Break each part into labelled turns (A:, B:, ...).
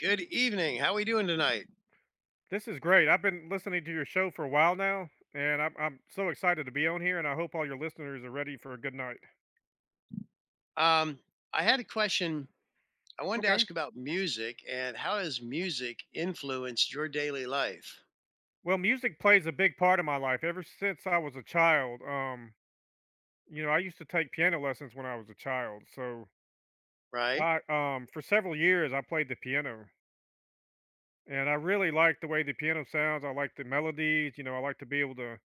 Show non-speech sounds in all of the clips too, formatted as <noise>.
A: Good evening. How are we doing tonight?
B: This is great. I've been listening to your show for a while now, and I'm so excited to be on here, and I hope all your listeners are ready for a good night.
A: Um, I had a question. I wanted to
B: Okay.
A: ask about music and how has music influenced your daily life?
B: Well, music plays a big part of my life ever since I was a child. You know, I used to take piano lessons when I was a child. So
A: Right,
B: for several years, I played the piano, and I really like the way the piano sounds. I like the melodies. You know, I like to be able to.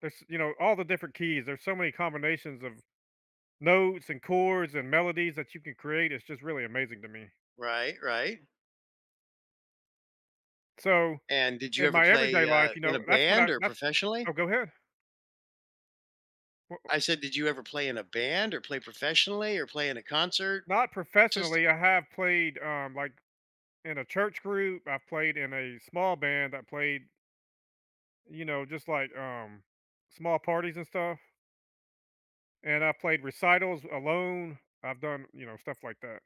B: There's, you know, all the different keys. There's so many combinations of notes and chords and melodies that you can create. It's just really amazing to me.
A: right, right.
B: So
A: And did you
B: in
A: ever
B: my everyday
A: play
B: life, you
A: in
B: know,
A: a
B: that's what I
A: band or
B: that's
A: professionally?
B: oh, go ahead. Well,
A: I said, did you ever play in a band or play professionally or play in a concert
B: not
A: system?
B: professionally, I have played, in a church group, I've played in a small band, I played, you know, small parties and stuff, and I played recitals alone. I've done, you know, stuff like that.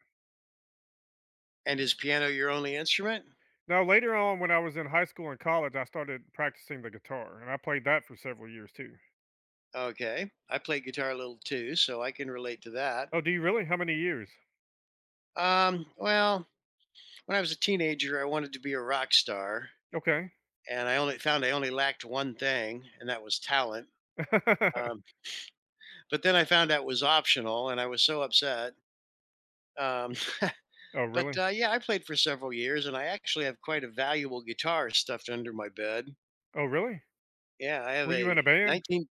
A: And is piano your only instrument?
B: Now later on when I was in high school and college, I started practicing the guitar, and I played that for several years too.
A: Okay. I play guitar a little too, so I can relate to that.
B: Oh, do you really? How many years?
A: Well, when I was a teenager, I wanted to be a rock star.
B: Okay.
A: And I only lacked one thing, and that was talent. Um,
B: <laughs>
A: but then I found out it was optional, and I was so upset. Um,
B: Oh,
A: <laughs> but
B: really?
A: yeah, I played for several years, and I actually have quite a valuable guitar stuffed under my bed.
B: Oh, really?
A: Yeah, I have
B: Were you in a
A: a
B: band?
A: 19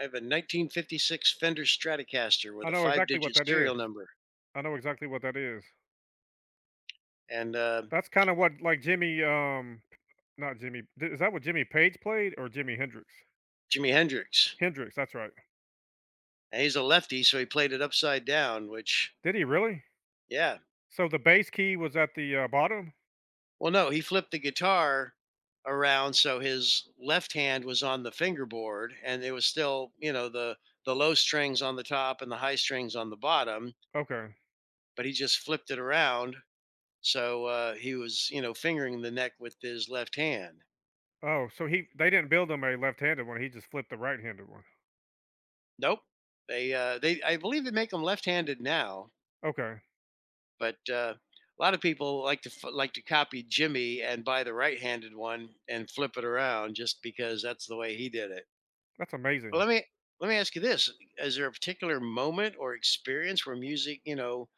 A: I have a 1956 Fender Stratocaster with
B: I
A: a
B: know exactly what
A: five-digit
B: that is.
A: serial number,
B: I know exactly what that is.
A: and
B: That's kind of what like Jimmy, not Jimmy. D- Is that what Jimmy Page played or Jimi Hendrix?
A: Jimi Hendrix.
B: Hendrix, that's right.
A: And he's a lefty, so he played it upside down, which
B: Did he really?
A: yeah.
B: So the bass key was at the bottom.
A: Well, no, he flipped the guitar around so his left hand was on the fingerboard and it was still, you know, the low strings on the top and the high strings on the bottom,
B: Okay.
A: but he just flipped it around so he was, you know, fingering the neck with his left hand.
B: Oh, so he they didn't build him a left-handed one. He just flipped the right-handed one.
A: Nope. They I believe they make them left-handed now,
B: Okay,
A: but a lot of people like to like to copy Jimmy and buy the right-handed one and flip it around just because that's the way he did it.
B: that's
A: Well,
B: amazing.
A: let me ask you this: is there a particular moment or experience where music, you know,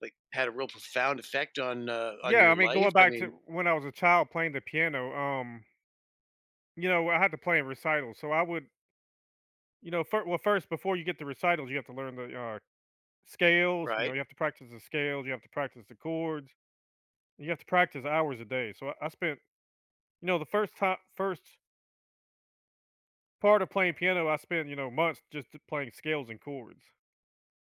A: like had a real profound effect on
B: Yeah, I
A: your
B: mean,
A: life?
B: going
A: I
B: back to
A: mean,
B: when I was a child playing the piano, you know, I had to play in recitals, so I would, you know, first before you get to recitals, you have to learn the scales. You know,
A: right,
B: you have to practice the scales. You have to practice the chords. You have to practice hours a day. So I spent, you know, first part of playing piano, I spent, you know, months just playing scales and chords.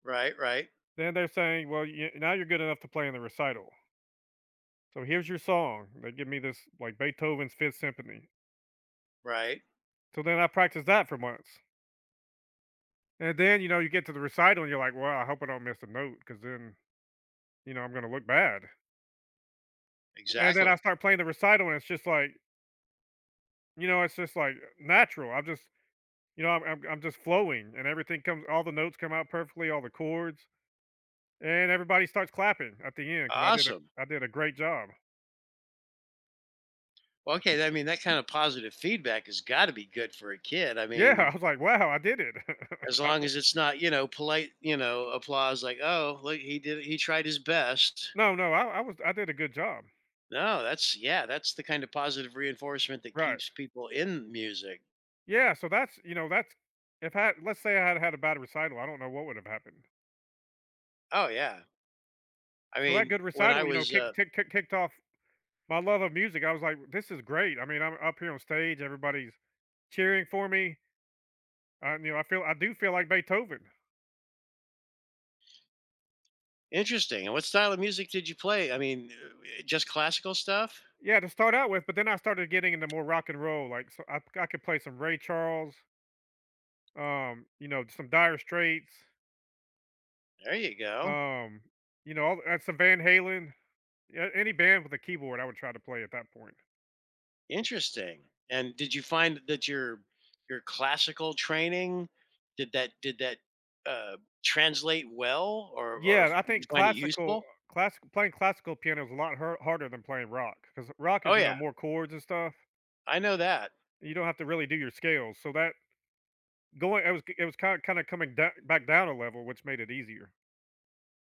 A: right, right,
B: Then they're saying, well, now you're good enough to play in the recital. So here's your song. They give me this like Beethoven's Fifth Symphony.
A: right,
B: So then I practiced that for months. And then, you know, you get to the recital and you're like, well, I hope I don't miss a note because then, you know, I'm going to look bad. And then I
A: exactly.
B: start playing the recital and it's just like, you know, it's just like natural. I've just You know, I'm just flowing and everything comes all the notes come out perfectly, all the chords, and everybody starts clapping at the end because
A: Awesome.
B: I did a great job.
A: Well, okay, I mean that kind of positive feedback has got to be good for a kid. I
B: Yeah,
A: mean,
B: <laughs> I was like, "Wow, I did it." <laughs>
A: as long as it's not, you know, polite, you know, applause like, "Oh, look, he did, he tried his best."
B: No, no, I did a good job.
A: No, that's yeah, that's the kind of positive reinforcement that
B: Right.
A: keeps people in music.
B: Yeah, so that's you know, that's if, I let's say, I had had a bad recital, I don't know what would have happened.
A: Oh yeah. I
B: So that
A: mean,
B: good
A: when I
B: recital, you know,
A: was
B: kick kick kick kicked off my love of music. I was like, "This is great." I mean, I'm up here on stage, everybody's cheering for me. I feel I do feel like Beethoven.
A: Interesting. And what style of music did you play? I mean, just classical stuff?
B: Yeah, to start out with, but then I started getting into more rock and roll, like, so I could play some Ray Charles, you know, some Dire Straits,
A: There you go.
B: um, you know, all and some Van Halen, yeah, any band with a keyboard, I would try to play at that point.
A: Interesting. And did you find that your classical training did that uh, translate well, or
B: Yeah,
A: did
B: I
A: you
B: think
A: find it
B: classical
A: useful?
B: classic playing classical piano is a lot harder than playing rock because rock is,
A: Oh
B: you know,
A: yeah,
B: more chords and stuff,
A: I know that.
B: you don't have to really do your scales, so that going it was kinda coming da back down a level, which made it easier.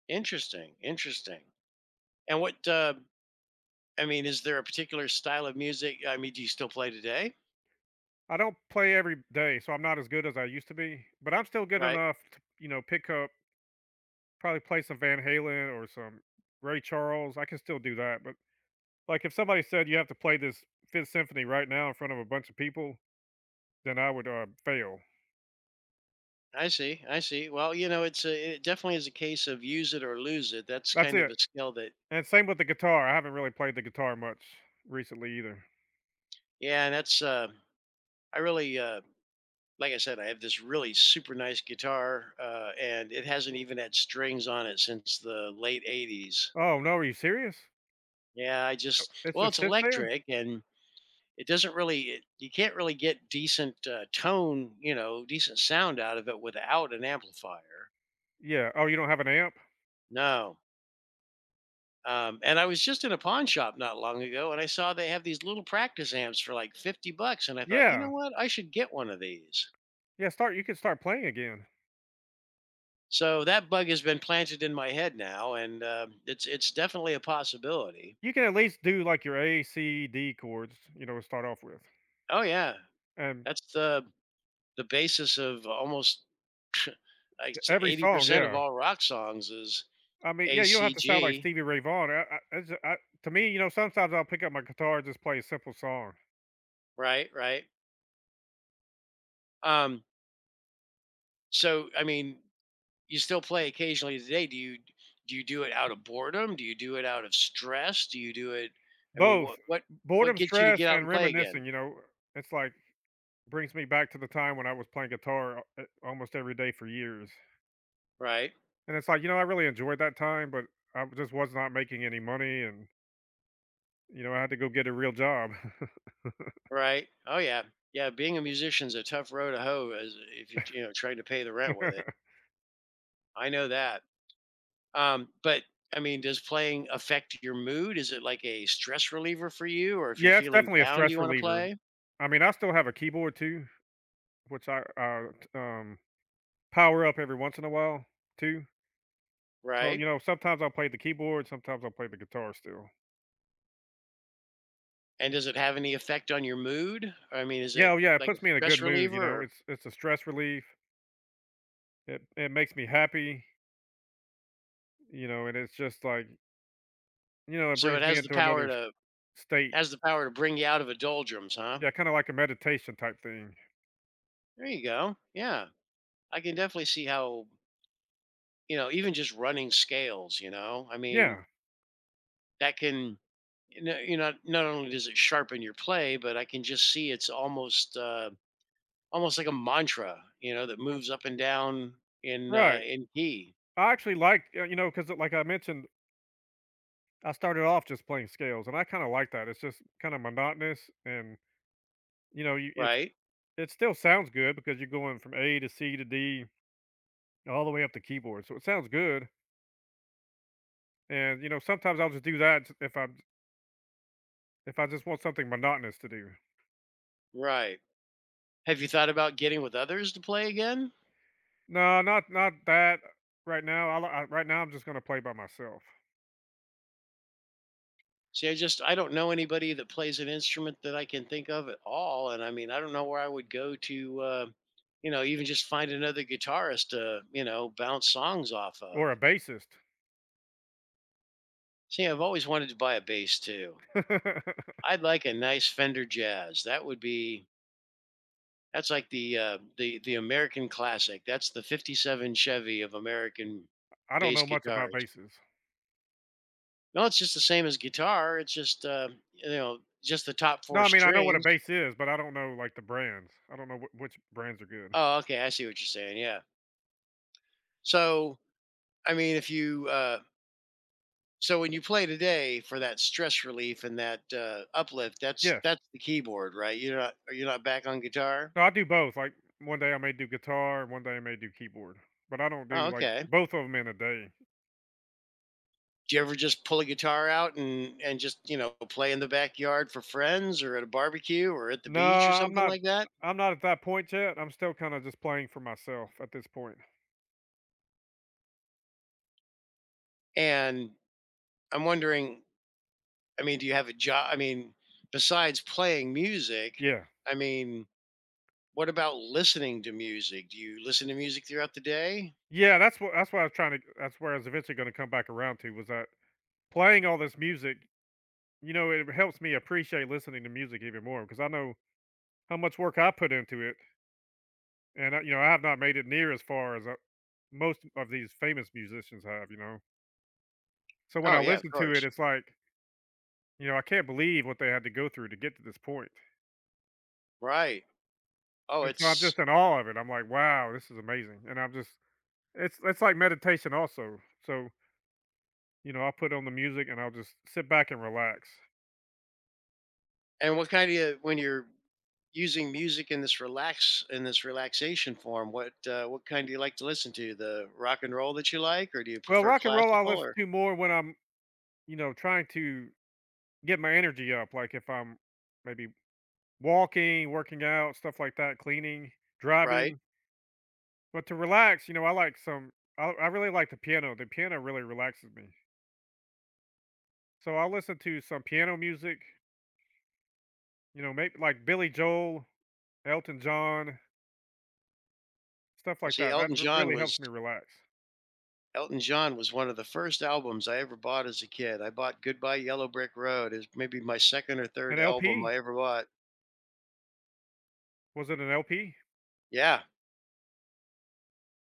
A: Interesting. Interesting. And what? I mean, is there a particular style of music? I mean, do you still play today?
B: I don't play every day, so I'm not as good as I used to be, but I'm still good
A: Right.
B: enough to, you know, pick up probably play some Van Halen or some Ray Charles. I can still do that, but, like, if somebody said you have to play this Fifth Symphony right now in front of a bunch of people, then I would, fail.
A: I see. I see. Well, you know, it definitely is a case of use it or lose it. That's
B: That's
A: kind
B: it,
A: of a skill that
B: and same with the guitar. I haven't really played the guitar much recently either.
A: yeah, and that's I really like I said, I have this really super nice guitar, and it hasn't even had strings on it since the late '80s.
B: Oh, no, are you serious?
A: Yeah, I just
B: It
A: well,
B: just
A: it's
B: sits there?
A: electric, and it doesn't really it, you can't really get decent tone, you know, decent sound out of it without an amplifier.
B: Yeah. Oh, you don't have an amp?
A: No. And I was just in a pawn shop not long ago, and I saw they have these little practice amps for like 50 bucks. And I thought, you know
B: Yeah.
A: what? I should get one of these.
B: Yeah, start you could start playing again.
A: So that bug has been planted in my head now, and it's definitely a possibility.
B: You can at least do, like, your A, C, D chords, you know, to start off with.
A: Oh yeah,
B: And
A: that's the basis of almost <laughs> like
B: e every
A: eighty
B: song,
A: percent of
B: yeah.
A: all rock songs is
B: I mean, yeah, you don't have to sound like
A: ACG,
B: Stevie Ray Vaughan. I it's I To me, you know, sometimes I'll pick up my guitar and just play a simple song.
A: right? Right. Um, so I mean, you still play occasionally today. Do you do it out of boredom? Do you do it out of stress? Do you do it? I mean,
B: Both
A: what what
B: boredom,
A: gets you to
B: stress,
A: get out
B: and
A: and play again?
B: reminiscing, you know, it's like brings me back to the time when I was playing guitar a almost every day for years.
A: Right.
B: And it's like, you know, I really enjoyed that time, but I just was not making any money and, you know, I had to go get a real job.
A: Right. Oh yeah. Yeah, being a musician's a tough road to hoe as if you you know trying to pay the rent with it.
B: <laughs>
A: I know that. But I mean, does playing affect your mood? Is it like a stress reliever for you, or if you're
B: Yeah, it's
A: feeling
B: definitely a
A: down, do
B: stress
A: you want to
B: reliever.
A: play?
B: I mean, I still have a keyboard too, which I, t power up every once in a while too. So,
A: Right.
B: you know, sometimes I'll play the keyboard, sometimes I'll play the guitar still.
A: And does it have any effect on your mood? I mean, is
B: Yeah,
A: it
B: oh yeah, it
A: like a
B: puts me in a good
A: stress
B: mood, you
A: reliever?
B: know,
A: Or,
B: it's a stress relief. It makes me happy, you know, and it's just like, you know, it
A: so it
B: brings me
A: has the
B: into another
A: power
B: s
A: to
B: state.
A: bring you out of a doldrums, huh?
B: Yeah, kinda like a meditation type thing.
A: There you go. Yeah, I can definitely see how you know even just running scales. You know, I mean,
B: Yeah,
A: that can you know, not only does it sharpen your play but I can just see it's almost almost like a mantra you know that moves up and down
B: right.
A: in key.
B: I actually like, you know, because like I mentioned, I started off just playing scales, and I kinda like that. It's just kinda monotonous and, you know, you it's
A: Right,
B: it still sounds good because you're going from A to C to D all the way up the keyboard, so it sounds good, and, you know, sometimes I'll just do that if I just want something monotonous to do.
A: right. Have you thought about getting with others to play again?
B: No, not that right now, I li I right now, I'm just gonna play by myself
A: See I just I don't know anybody that plays an instrument that I can think of at all and I mean I don't know where I would go to you know even just find another guitarist to you know bounce songs off
B: or
A: of.
B: a bassist.
A: See I've always wanted to buy a bass too.
B: <laughs> I
A: I'd like a nice Fender Jazz. That would be that's like the the American classic. That's the '57 Chevy of American
B: don't
A: bass
B: know much about
A: guitars.
B: basses.
A: No, it's just the same as guitar. It's just you know just the top
B: No,
A: four
B: I mean, I know what a
A: strings.
B: bass is, but I don't know, like, the brands. I don't know wh which brands are good.
A: Oh, okay, I see what you're saying. Yeah. So I mean, if you so when you play today for that stress relief and that uplift,
B: Yes.
A: that's the keyboard, right? You're not are you not back on guitar?
B: No, I do both, like, one day I may do guitar, and one day I may do keyboard, but I don't
A: Oh,
B: do, like,
A: okay.
B: both of them in a day.
A: Do you ever just pull a guitar out and just you know play in the backyard for friends or at a barbecue or at the
B: No,
A: beach or something like that?
B: I'm not at that point yet. I'm still kinda just playing for myself at this point.
A: And I'm wondering, I mean do you have a job, I mean besides playing music,
B: Yeah.
A: I mean what about listening to music, do you listen to music throughout the day?
B: Yeah, that's what I was trying to that's where I was eventually gonna come back around to was that playing all this music, you know, it helps me appreciate listening to music even more because I know how much work I put into it and I, you know, I have not made it near as far as most of these famous musicians have, you know. So when
A: Oh
B: I
A: yeah of
B: listen to it,
A: course,
B: it's like, you know, I can't believe what they had to go through to get to this point.
A: right, oh
B: And so I'm
A: it's
B: just in awe of it. I'm like, wow, this is amazing. And I'm just it's like meditation also. So, you know, I'll put on the music and I'll just sit back and relax.
A: and what kind of when you're using music in this relaxation form, what kind do you like to listen to? The rock and roll that you like, or do you
B: Well,
A: prefer
B: rock and roll I
A: classical?
B: listen
A: Or
B: to more when I'm, you know, trying to get my energy up, like if I'm maybe walking, working out, stuff like that, cleaning,
A: right?
B: driving. But to relax, you know, I really like the piano. The piano really relaxes me. So I'll listen to some piano music, you know, maybe like Billy Joel, Elton John, stuff
A: I
B: like
A: see
B: that. Really helps me relax.
A: Elton John was one of the first albums I ever bought as a kid. I bought Goodbye Yellow Brick Road is maybe my second or
B: An
A: third album
B: LP?
A: I ever bought.
B: Was it an LP?
A: Yeah,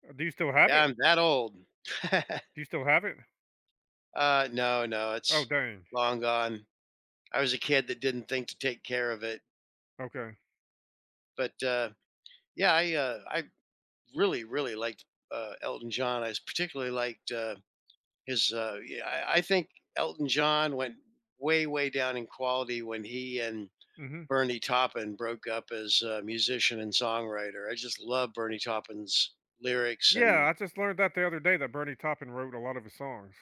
B: Do you still have
A: yeah,
B: it?
A: I'm that old. <laughs>
B: Do you still have it?
A: No, no,
B: Oh,
A: it's
B: dang.
A: long gone. I was a kid that didn't think to take care of it,
B: Okay.
A: but yeah, I really, really liked Elton John. Particularly liked his. Yeah, I think Elton John went way, way down in quality when he and
B: Mhm.
A: Bernie Taupin broke up as a musician and songwriter. I just love Bernie Taupin's lyrics
B: Yeah,
A: and
B: I just learned that the other day that Bernie Taupin wrote a lot of his songs.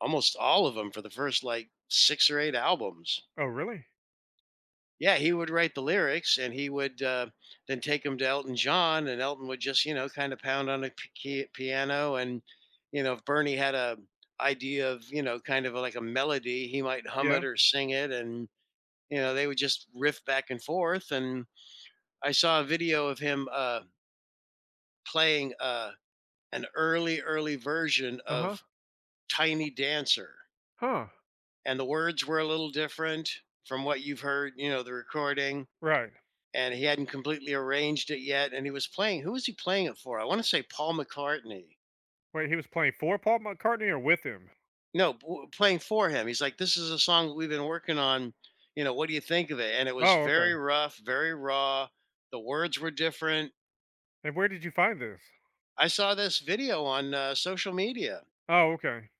A: almost all of them for the first like six or eight albums.
B: Oh, really?
A: Yeah, he would write the lyrics, and he would then take them to Elton John, and Elton would just, you know, kind of pound on the piano. And you know, if Bernie had a idea of, you know, kind of like a melody, he might hum
B: Yeah.
A: it or sing it, and you know, they would just riff back and forth. And I saw a video of him playing an early, early version
B: Uh-huh.
A: of "Tiny Dancer,"
B: Huh. Huh.
A: and the words were a little different from what you've heard, you know, the recording
B: Right.
A: and he hadn't completely arranged it yet. And he was playing. Who was he playing it for? I want to say Paul McCartney.
B: Wait, he was playing for Paul McCartney or with him?
A: No, playing for him. He's like, "This is a song that we've been working on. You know, what do you think of it?" And it was
B: Oh,
A: very
B: okay.
A: rough, very raw. The words were different.
B: And where did you find this?
A: I saw this video on social media.
B: Oh, okay.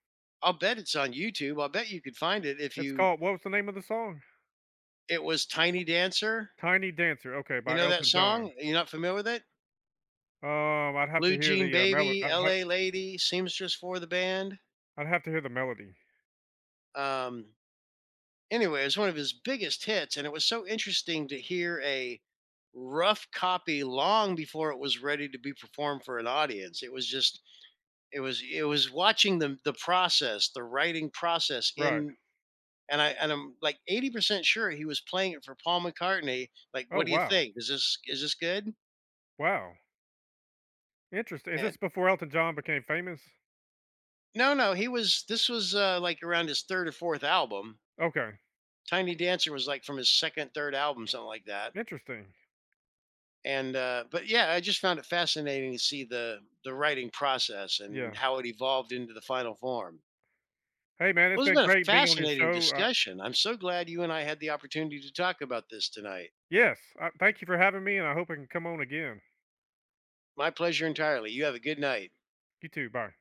A: I'll bet it's on YouTube. I'll bet you could find it if
B: It's
A: you.
B: called, what was the name of the song?
A: It was Tiny Dancer.
B: Tiny Dancer. Okay,
A: You
B: by
A: know that
B: Elton John.
A: song? You're not familiar with it?
B: I'd have to
A: Blue
B: hear
A: Jean
B: the
A: Baby, L.A. Lady, Seamstress for the band.
B: I'd have to hear the melody.
A: Um, anyway, it was one of his biggest hits, and it was so interesting to hear a rough copy long before it was ready to be performed for an audience. It was just it was watching the process, the writing process
B: Right.
A: in and I'm like 80% sure he was playing it for Paul McCartney. Like,
B: Oh,
A: what do you
B: wow.
A: think? Is this good?
B: Wow. Interesting. Is this
A: And
B: before Elton John became famous?
A: no, he was this was like around his third or fourth album.
B: Okay.
A: Tiny Dancer was like from his second, third album, something like that
B: Interesting.
A: and but yeah, I just found it fascinating to see the writing process and
B: Yeah.
A: how it evolved into the final form.
B: Hey, man, it's
A: Well, it's
B: been
A: been a
B: great being on your
A: fascinating
B: show.
A: discussion. I'm so glad you and I had the opportunity to talk about this tonight.
B: Yes, thank you for having me, and I hope I can come on again.
A: My pleasure entirely. You have a good night.
B: You too. Bye.